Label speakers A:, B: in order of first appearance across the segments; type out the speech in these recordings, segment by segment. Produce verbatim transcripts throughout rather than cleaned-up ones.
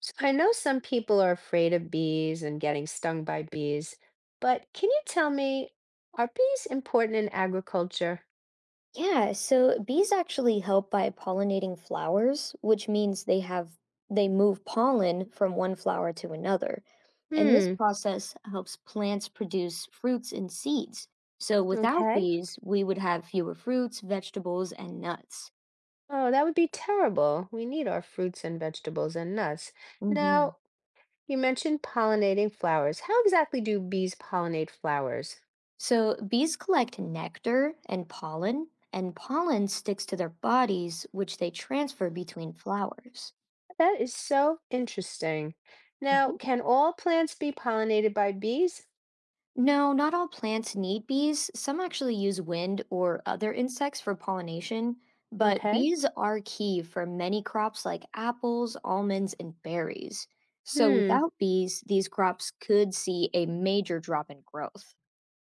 A: So I know some people are afraid of bees and getting stung by bees, but can you tell me, are bees important in agriculture?
B: Yeah, so bees actually help by pollinating flowers, which means they have they move pollen from one flower to another. And this
A: Hmm,
B: process helps plants produce fruits and seeds. So without
A: okay.
B: bees, we would have fewer fruits, vegetables, and nuts.
A: Oh, that would be terrible. We need our fruits and vegetables and nuts.
B: Hmm.
A: Now, you mentioned pollinating flowers. How exactly do bees pollinate flowers?
B: So bees collect nectar and pollen, and pollen sticks to their bodies, which they transfer between flowers.
A: That is so interesting. Now, can all plants be pollinated by bees?
B: No, not all plants need bees. Some actually use wind or other insects for pollination, but
A: Okay.
B: bees are key for many crops like apples, almonds, and berries. So
A: Hmm.
B: without bees, these crops could see a major drop in growth.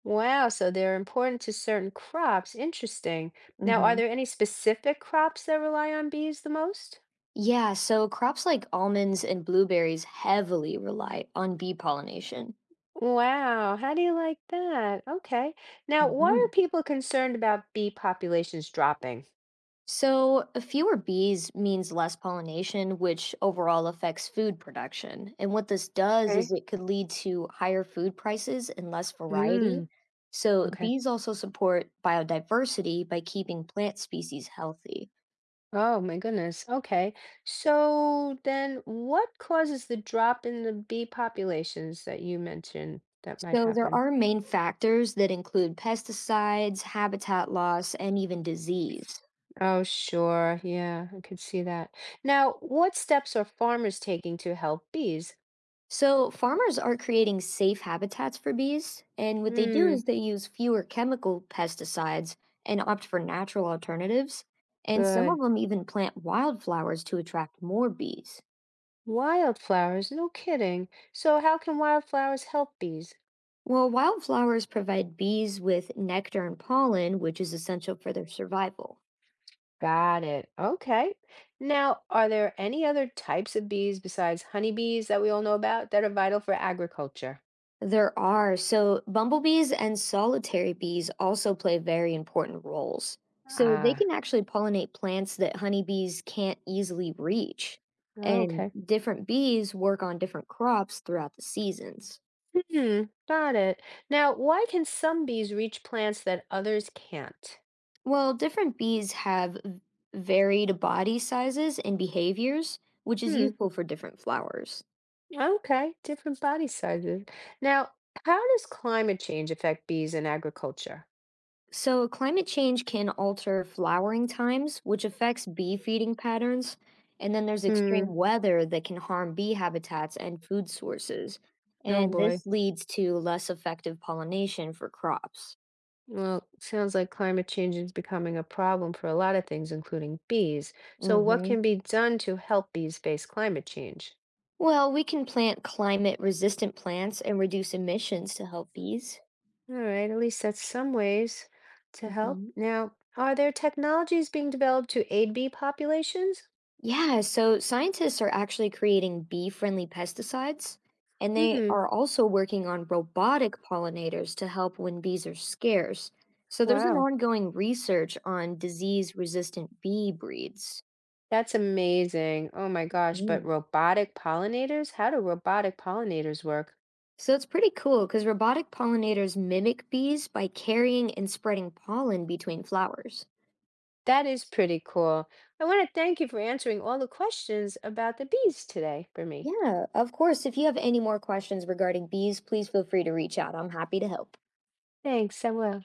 A: Wow, so they're important to certain crops. Interesting. Now, are
B: Hmm.
A: there any specific crops that rely on bees the most?
B: Yeah, so crops like almonds and blueberries heavily rely on bee pollination.
A: Wow, how do you like that? Okay. Now, why
B: Hmm.
A: are people concerned about bee populations dropping?
B: So, uh, fewer bees means less pollination, which overall affects food production. And what this does is
A: Okay.
B: it could lead to higher food prices and less variety.
A: Mm,
B: So,
A: okay.
B: bees also support biodiversity by keeping plant species healthy.
A: Oh my goodness. Okay. So then what causes the drop in the bee populations that you mentioned that might
B: So, there
A: happen?
B: are main factors that include pesticides, habitat loss, and even disease.
A: Oh, sure. Yeah, I could see that. Now, what steps are farmers taking to help bees?
B: So, farmers are creating safe habitats for bees, and what they do
A: Hmm,
B: is they use fewer chemical pesticides and opt for natural alternatives, and some
A: good.
B: of them even plant wildflowers to attract more bees.
A: Wildflowers, no kidding. So, how can wildflowers help bees?
B: Well, wildflowers provide bees with nectar and pollen, which is essential for their survival.
A: Got it. Okay. Now, are there any other types of bees besides honeybees that we all know about that are vital for agriculture?
B: There are. So, bumblebees and solitary bees also play very important roles. So, they
A: Ah,
B: can actually pollinate plants that honeybees can't easily reach. And
A: okay.
B: different bees work on different crops throughout the seasons.
A: Hmm, got it. Now, why can some bees reach plants that others can't?
B: Well, different bees have v- varied body sizes and behaviors, which is
A: Hmm.
B: useful for different flowers.
A: Okay, different body sizes. Now, how does climate change affect bees in agriculture?
B: So, climate change can alter flowering times, which affects bee feeding patterns. And then there's
A: Hmm.
B: extreme weather that can harm bee habitats and food sources.
A: Oh
B: And
A: boy.
B: this leads to less effective pollination for crops.
A: Well, sounds like climate change is becoming a problem for a lot of things, including bees. So, what
B: Hmm.
A: can be done to help bees face climate change?
B: Well, we can plant climate resistant plants and reduce emissions to help bees.
A: All right, at least that's some ways to help.
B: Hmm.
A: Now, are there technologies being developed to aid bee populations?
B: Yeah, so scientists are actually creating bee friendly pesticides, and they
A: Hmm.
B: are also working on robotic pollinators to help when bees are scarce. So there's an
A: Wow.
B: ongoing research on disease resistant bee breeds.
A: That's amazing. Oh my gosh, but
B: Mm.
A: robotic pollinators? How do robotic pollinators work?
B: So it's pretty cool because robotic pollinators mimic bees by carrying and spreading pollen between flowers.
A: That is pretty cool. I want to thank you for answering all the questions about the bees today for me.
B: Yeah, of course. If you have any more questions regarding bees, please feel free to reach out. I'm happy to help.
A: Thanks, I will.